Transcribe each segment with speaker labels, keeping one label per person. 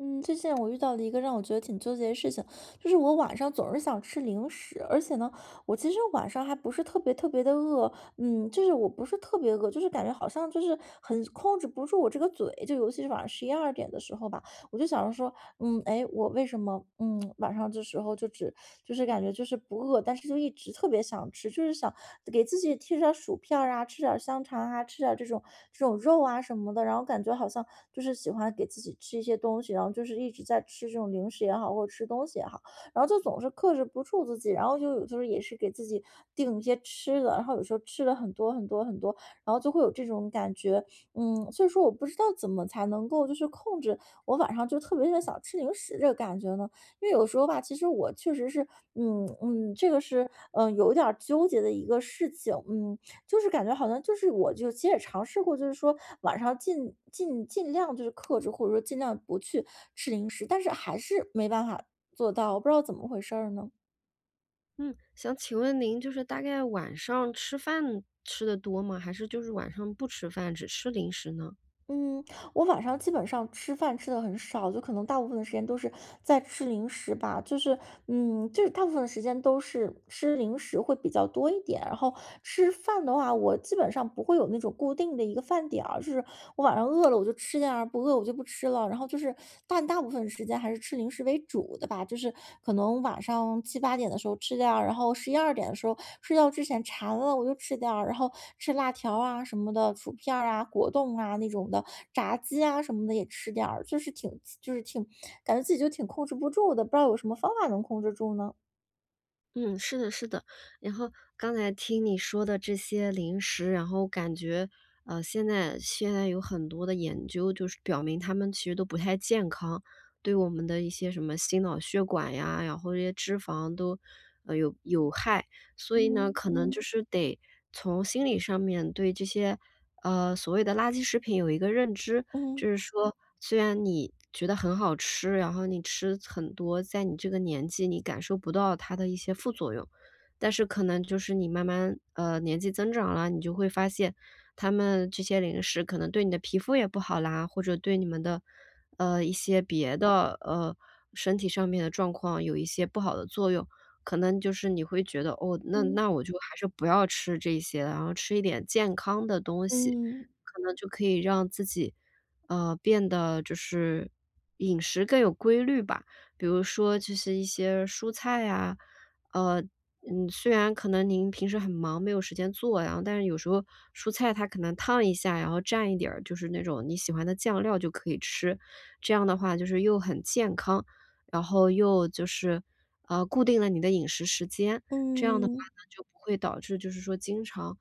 Speaker 1: 嗯，最近我遇到了一个让我觉得挺纠结的事情，就是我晚上总是想吃零食，而且呢，我其实晚上还不是特别特别的饿，就是我不是特别饿，就是感觉好像就是很控制不住我这个嘴，就尤其是晚上十一二点的时候吧，我就想着说，哎，我为什么晚上这时候就感觉就是不饿，但是就一直特别想吃，就是想给自己吃点儿薯片儿啊，吃点儿香肠啊，吃点儿这种肉啊什么的，然后感觉好像就是喜欢给自己吃一些东西，然后就是一直在吃这种零食也好，或者吃东西也好，然后就总是克制不住自己，然后就有时候也是给自己定一些吃的，然后有时候吃了很多，然后就会有这种感觉，所以说我不知道怎么才能够就是控制。我晚上就特别特别想吃零食这个感觉呢？因为有时候吧，其实我确实是，嗯嗯，这个是，有一点儿纠结的一个事情，就是感觉好像就是我就其实也尝试过，就是说晚上尽量就是克制，或者说尽量不去吃零食，但是还是没办法做到，我不知道怎么回事儿呢。
Speaker 2: 嗯，想请问您就是大概晚上吃饭吃的多吗？还是就是晚上不吃饭，只吃零食呢？
Speaker 1: 嗯，我晚上基本上吃饭吃的很少，就可能大部分的时间都是在吃零食吧，就是，就是大部分的时间都是吃零食会比较多一点。然后吃饭的话，我基本上不会有那种固定的一个饭点儿，就是我晚上饿了我就吃点儿，不饿我就不吃了。然后就是但大部分时间还是吃零食为主的吧，就是可能晚上七八点的时候吃点然后十一二点的时候睡觉之前馋了我就吃点然后吃辣条啊什么的，薯片儿啊、果冻啊那种的，炸鸡啊什么的也吃点就是挺感觉自己就挺控制不住的，不知道有什么方法能控制住呢？
Speaker 2: 嗯，是的，是的。然后刚才听你说的这些零食，然后感觉，现在有很多的研究，就是表明它们其实都不太健康，对我们的一些什么心脑血管呀，然后这些脂肪都，有害。所以呢，
Speaker 1: 嗯，
Speaker 2: 可能就嗯是得从心理上面对这些，所谓的垃圾食品有一个认知。
Speaker 1: 嗯，
Speaker 2: 就是说，虽然你觉得很好吃，然后你吃很多，在你这个年纪你感受不到它的一些副作用，但是可能就是你慢慢年纪增长了，你就会发现他们这些零食可能对你的皮肤也不好啦，或者对你们的一些别的身体上面的状况有一些不好的作用。可能就是你会觉得哦，那
Speaker 1: 嗯，
Speaker 2: 那我就还是不要吃这些了，然后吃一点健康的东西，
Speaker 1: 嗯，
Speaker 2: 可能就可以让自己变得就是饮食更有规律吧。比如说就是一些蔬菜呀，虽然可能您平时很忙，没有时间做，然后但是有时候蔬菜它可能烫一下，然后蘸一点儿就是那种你喜欢的酱料就可以吃。这样的话就是又很健康，然后又就是，固定了你的饮食时间。这样的话
Speaker 1: 嗯。
Speaker 2: 呢，就不会导致就是说经常，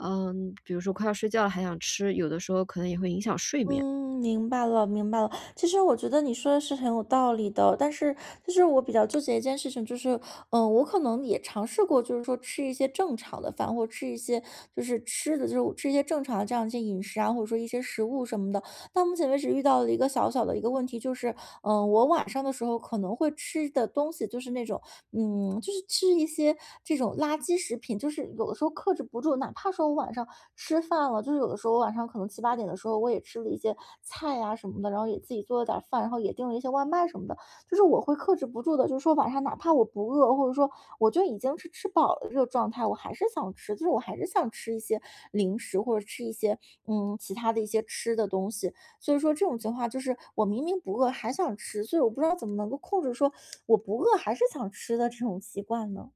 Speaker 2: 嗯，比如说快要睡觉了还想吃，有的时候可能也会影响睡眠。
Speaker 1: 嗯，明白了，明白了。其实我觉得你说的是很有道理的，但是就是我比较纠结一件事情，就是，我可能也尝试过，就是说吃一些正常的饭，或者吃一些就是吃的，就是吃一些正常的这样一些饮食啊，或者说一些食物什么的。到目前为止遇到了一个小小的一个问题，就是，我晚上的时候可能会吃的东西就是那种就是吃一些这种垃圾食品，就是有的时候克制不住，哪怕说我晚上吃饭了，就是有的时候我晚上可能七八点的时候，我也吃了一些菜呀、什么的，然后也自己做了点饭，然后也订了一些外卖什么的，就是我会克制不住的，就是说晚上哪怕我不饿，或者说我就已经是吃饱了这个状态，我还是想吃，就是我还是想吃一些零食或者吃一些其他的一些吃的东西，所以说这种情况就是我明明不饿还想吃，所以我不知道怎么能够控制说我不饿还是想吃的这种习惯呢？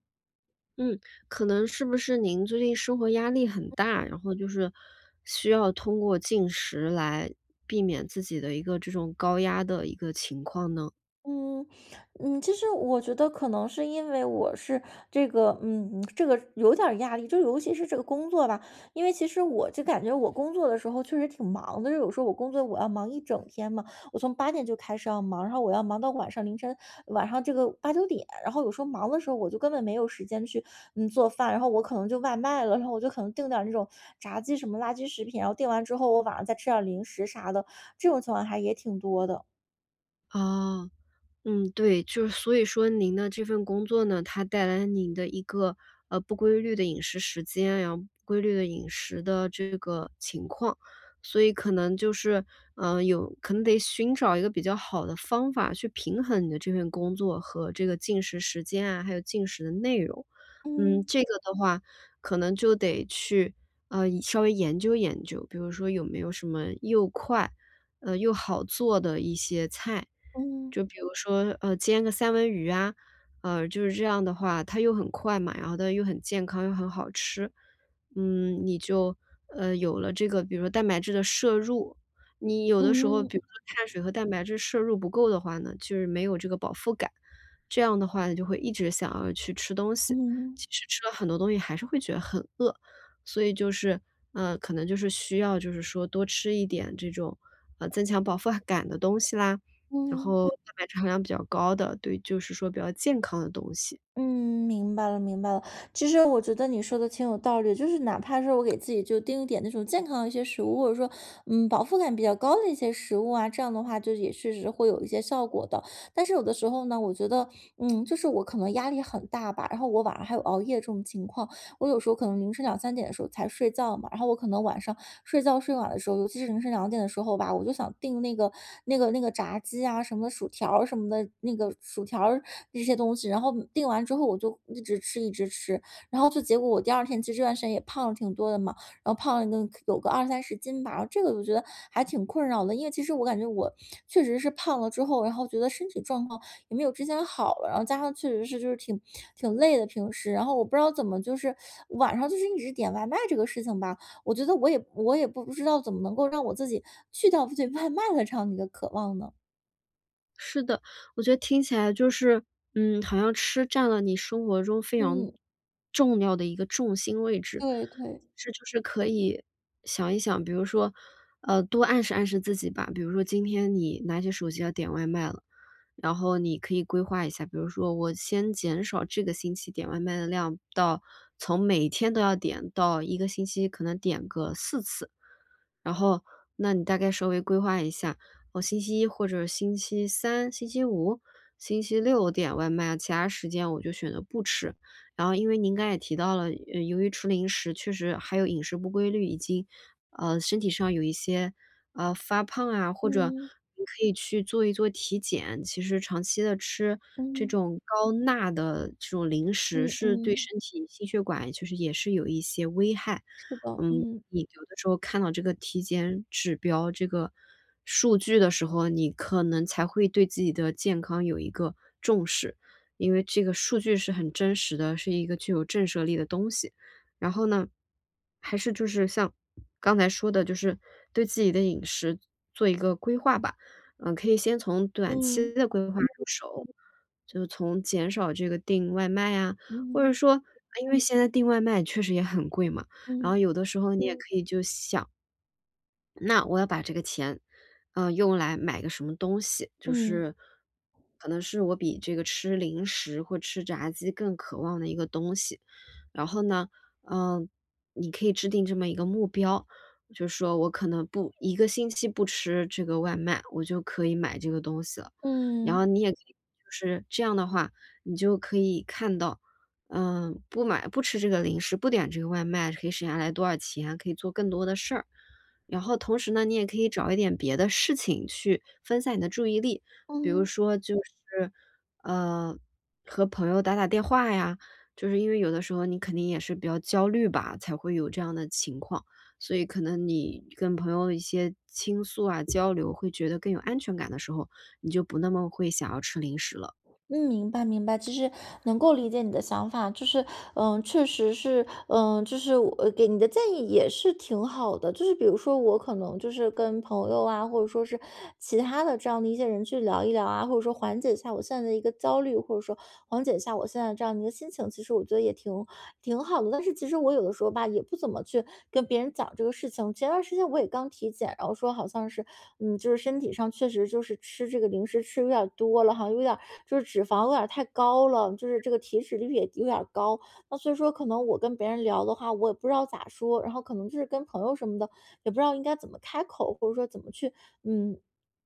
Speaker 2: 嗯，可能是不是您最近生活压力很大，然后就是需要通过进食来避免自己的一个这种高压的一个情况呢？
Speaker 1: 嗯，其实我觉得可能是因为我是这个，这个有点儿压力，就尤其是这个工作吧，因为其实我就感觉我工作的时候确实挺忙的，就有时候我工作我要忙一整天嘛，我从八点就开始要忙，然后我要忙到晚上凌晨，晚上这个八九点，然后有时候忙的时候我就根本没有时间去做饭，然后我可能就外卖了，然后我就可能订点儿那种炸鸡什么垃圾食品，然后订完之后我晚上再吃点儿零食啥的，这种情况还也挺多的，
Speaker 2: 啊。嗯，对，就是所以说您的这份工作呢，它带来您的一个，不规律的饮食时间，然后不规律的饮食的这个情况，所以可能就是，嗯，有可能得寻找一个比较好的方法去平衡你的这份工作和这个进食时间啊，还有进食的内容。嗯，
Speaker 1: 嗯
Speaker 2: 这个的话可能就得去，稍微研究研究，比如说有没有什么又快，又好做的一些菜。
Speaker 1: 嗯。
Speaker 2: 就比如说，煎个三文鱼啊，就是这样的话，它又很快嘛，然后它又很健康，又很好吃。嗯，你就，有了这个，比如说蛋白质的摄入，你有的时候，
Speaker 1: 嗯
Speaker 2: 比如说碳水和蛋白质摄入不够的话呢，就是没有这个饱腹感，这样的话你就会一直想要去吃东西，
Speaker 1: 嗯
Speaker 2: 其实吃了很多东西还是会觉得很饿，所以就是，可能就是需要就是说多吃一点这种，增强饱腹感的东西啦。然
Speaker 1: 嗯
Speaker 2: 后蛋白质含量比较高的，对，就是说比较健康的东西。
Speaker 1: 嗯，明白了明白了。其实我觉得你说的挺有道理，就是哪怕是我给自己就定一点那种健康的一些食物，或者说饱腹感比较高的一些食物啊，这样的话就也确实会有一些效果的。但是有的时候呢，我觉得就是我可能压力很大吧，然后我晚上还有熬夜这种情况，我有时候可能凌晨两三点的时候才睡觉嘛，然后我可能晚上睡觉睡晚的时候，尤其是凌晨两点的时候吧，我就想订那个炸鸡啊，什么薯条儿什么的，那个薯条儿这些东西，然后订完之后我就一直吃，然后就结果我第二天其实这段时间也胖了挺多的嘛，然后胖了个有个二三十斤吧，然后这个我觉得还挺困扰的，因为其实我感觉我确实是胖了之后，然后觉得身体状况也没有之前好了，然后加上确实是就是挺累的平时，然后我不知道怎么就是晚上就是一直点外卖这个事情吧，我觉得我也不知道怎么能够让我自己去掉 对外卖的这样的一个渴望呢？
Speaker 2: 是的，我觉得听起来就是，嗯，好像吃占了你生活中非常
Speaker 1: 嗯，
Speaker 2: 重要的一个重心位置。
Speaker 1: 对对，
Speaker 2: 这就是可以想一想，比如说，多暗示暗示自己吧。比如说今天你拿起手机要点外卖了，然后你可以规划一下，比如说我先减少这个星期点外卖的量到从每天都要点到一个星期可能点个四次。然后，那你大概稍微规划一下，我星期一或者星期三、星期五、星期六点外卖，其他时间我就选择不吃。然后因为您刚才也提到了，由于吃零食确实还有饮食不规律，已经，身体上有一些，发胖啊，或者
Speaker 1: 嗯
Speaker 2: 你可以去做一做体检。其实长期的吃这
Speaker 1: 嗯
Speaker 2: 种高钠的这种零食，
Speaker 1: 嗯
Speaker 2: 是对
Speaker 1: 嗯，
Speaker 2: 身体心血管其实也是有一些危害。
Speaker 1: 是的，
Speaker 2: 嗯，
Speaker 1: 嗯
Speaker 2: 你有的时候看到这个体检指标、这个数据的时候，你可能才会对自己的健康有一个重视，因为这个数据是很真实的，是一个具有震慑力的东西。然后呢，还是就是像刚才说的，就是对自己的饮食做一个规划吧。嗯，可以先从短期
Speaker 1: 嗯
Speaker 2: 的规划嗯入手，就是从减少这个订外卖啊，或者
Speaker 1: 嗯
Speaker 2: 说啊因为现在订外卖确实也很贵嘛，然
Speaker 1: 嗯
Speaker 2: 后
Speaker 1: 嗯
Speaker 2: 有的时候你也嗯可以就想，那我要把这个钱，用来买个什么东西，就
Speaker 1: 嗯
Speaker 2: 是可能是我比这个吃零食或吃炸鸡更渴望的一个东西。然后呢，嗯，你可以制定这么一个目标，就是说我可能不一个星期不吃这个外卖，我就可以买这个东西了。然
Speaker 1: 嗯。
Speaker 2: 后你也可以就是这样的话，你就可以看到，嗯，不买不吃这个零食，不点这个外卖，可以省下来多少钱，可以做更多的事儿。然后同时呢，你也可以找一点别的事情去分散你的注意力，比如
Speaker 1: 嗯
Speaker 2: 说就是，呃，和朋友打打电话呀，就是因为有的时候你肯定也是比较焦虑吧，才会有这样的情况，所以可能你跟朋友一些倾诉啊、交流，会觉得更有安全感的时候，你就不那么会想要吃零食了。
Speaker 1: 嗯，明白明白，其实能够理解你的想法，就是，确实是，就是我给你的建议也是挺好的，就是比如说我可能就是跟朋友啊，或者说是其他的这样的一些人去聊一聊啊，或者说缓解一下我现在的一个焦虑，或者说缓解一下我现在这样的一个心情，其实我觉得也挺挺好的。但是其实我有的时候吧，也不怎么去跟别人讲这个事情。前段时间我也刚体检，然后说好像是，就是身体上确实就是吃这个零食吃有点多了，好像有点。就是脂肪有点儿太高了，就是这个体脂率也有点儿高。那所以说可能我跟别人聊的话，我也不知道咋说，然后可能就是跟朋友什么的，也不知道应该怎么开口，或者说怎么去，嗯。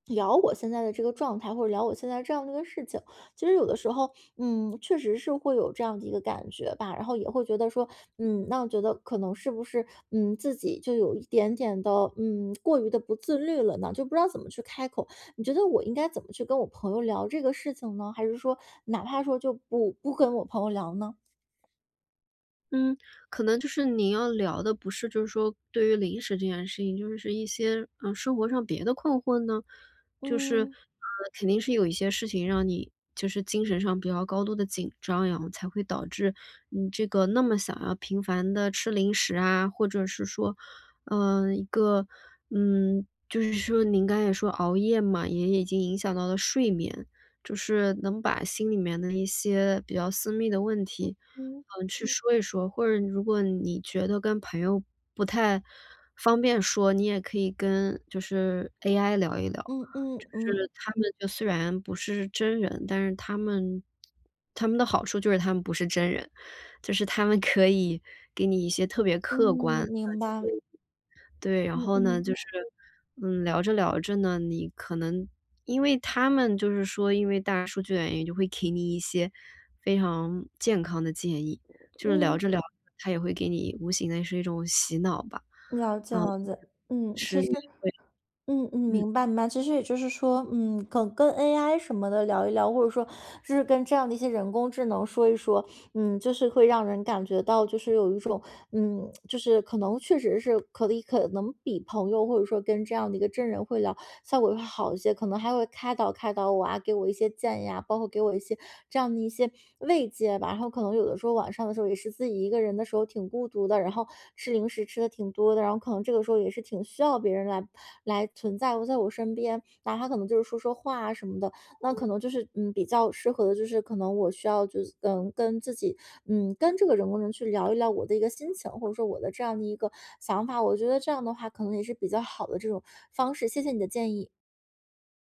Speaker 1: 聊我现在的这个状态，或者聊我现在这样的一个事情，其实有的时候，确实是会有这样的一个感觉吧，然后也会觉得说，那我觉得可能是不是，自己就有一点点的，过于的不自律了呢？就不知道怎么去开口，你觉得我应该怎么去跟我朋友聊这个事情呢？还是说哪怕说就不跟我朋友聊呢？
Speaker 2: 嗯，可能就是你要聊的不是就是说对于零食这件事情，就是是一些，生活上别的困惑呢？就是，
Speaker 1: 嗯
Speaker 2: 肯定是有一些事情让你就是精神上比较高度的紧张，然后才会导致你这个那么想要频繁的吃零食啊，或者是说，嗯一个嗯，就是说您刚才也说熬夜嘛，也已经影响到了睡眠，就是能把心里面的一些比较私密的问题
Speaker 1: 嗯
Speaker 2: 嗯，去说一说，或者如果你觉得跟朋友不太方便说，你也可以跟就是 AI 聊一聊。
Speaker 1: 嗯嗯
Speaker 2: 就
Speaker 1: 嗯
Speaker 2: 是他们就虽然不是真人，但是他们的好处就是他们不是真人，就是他们可以给你一些特别
Speaker 1: 嗯，
Speaker 2: 客观
Speaker 1: 明白。
Speaker 2: 对，然
Speaker 1: 嗯
Speaker 2: 后呢，
Speaker 1: 嗯
Speaker 2: 就是，嗯，聊着聊着呢，你可能因为他们就是说，因为大数据的原因，就会给你一些非常健康的建议，就是聊
Speaker 1: 嗯，
Speaker 2: 着聊着，他也会给你无形的是一种洗脑吧，
Speaker 1: 了解
Speaker 2: 嗯，
Speaker 1: 了解。嗯，其
Speaker 2: 是
Speaker 1: 实，
Speaker 2: 你
Speaker 1: 嗯嗯，
Speaker 2: 嗯。
Speaker 1: 明白明白。其实也就是说，可能跟 AI 什么的聊一聊，或者说就是跟这样的一些人工智能说一说，就是会让人感觉到就是有一种，就是可能确实是可以可能比朋友或者说跟这样的一个真人会聊效果会好一些，可能还会开导开导我啊，给我一些建议啊，包括给我一些这样的一些慰藉吧。然后可能有的时候晚上的时候也是自己一个人的时候挺孤独的，然后吃零食吃的挺多的，然后可能这个时候也是挺需要别人来来存在我在我身边，哪怕可能就是说说话啊什么的，那可能就是比较适合的，就是可能我需要就是跟自己跟这个人工人去聊一聊我的一个心情，或者说我的这样的一个想法，我觉得这样的话可能也是比较好的这种方式。谢谢你的建议。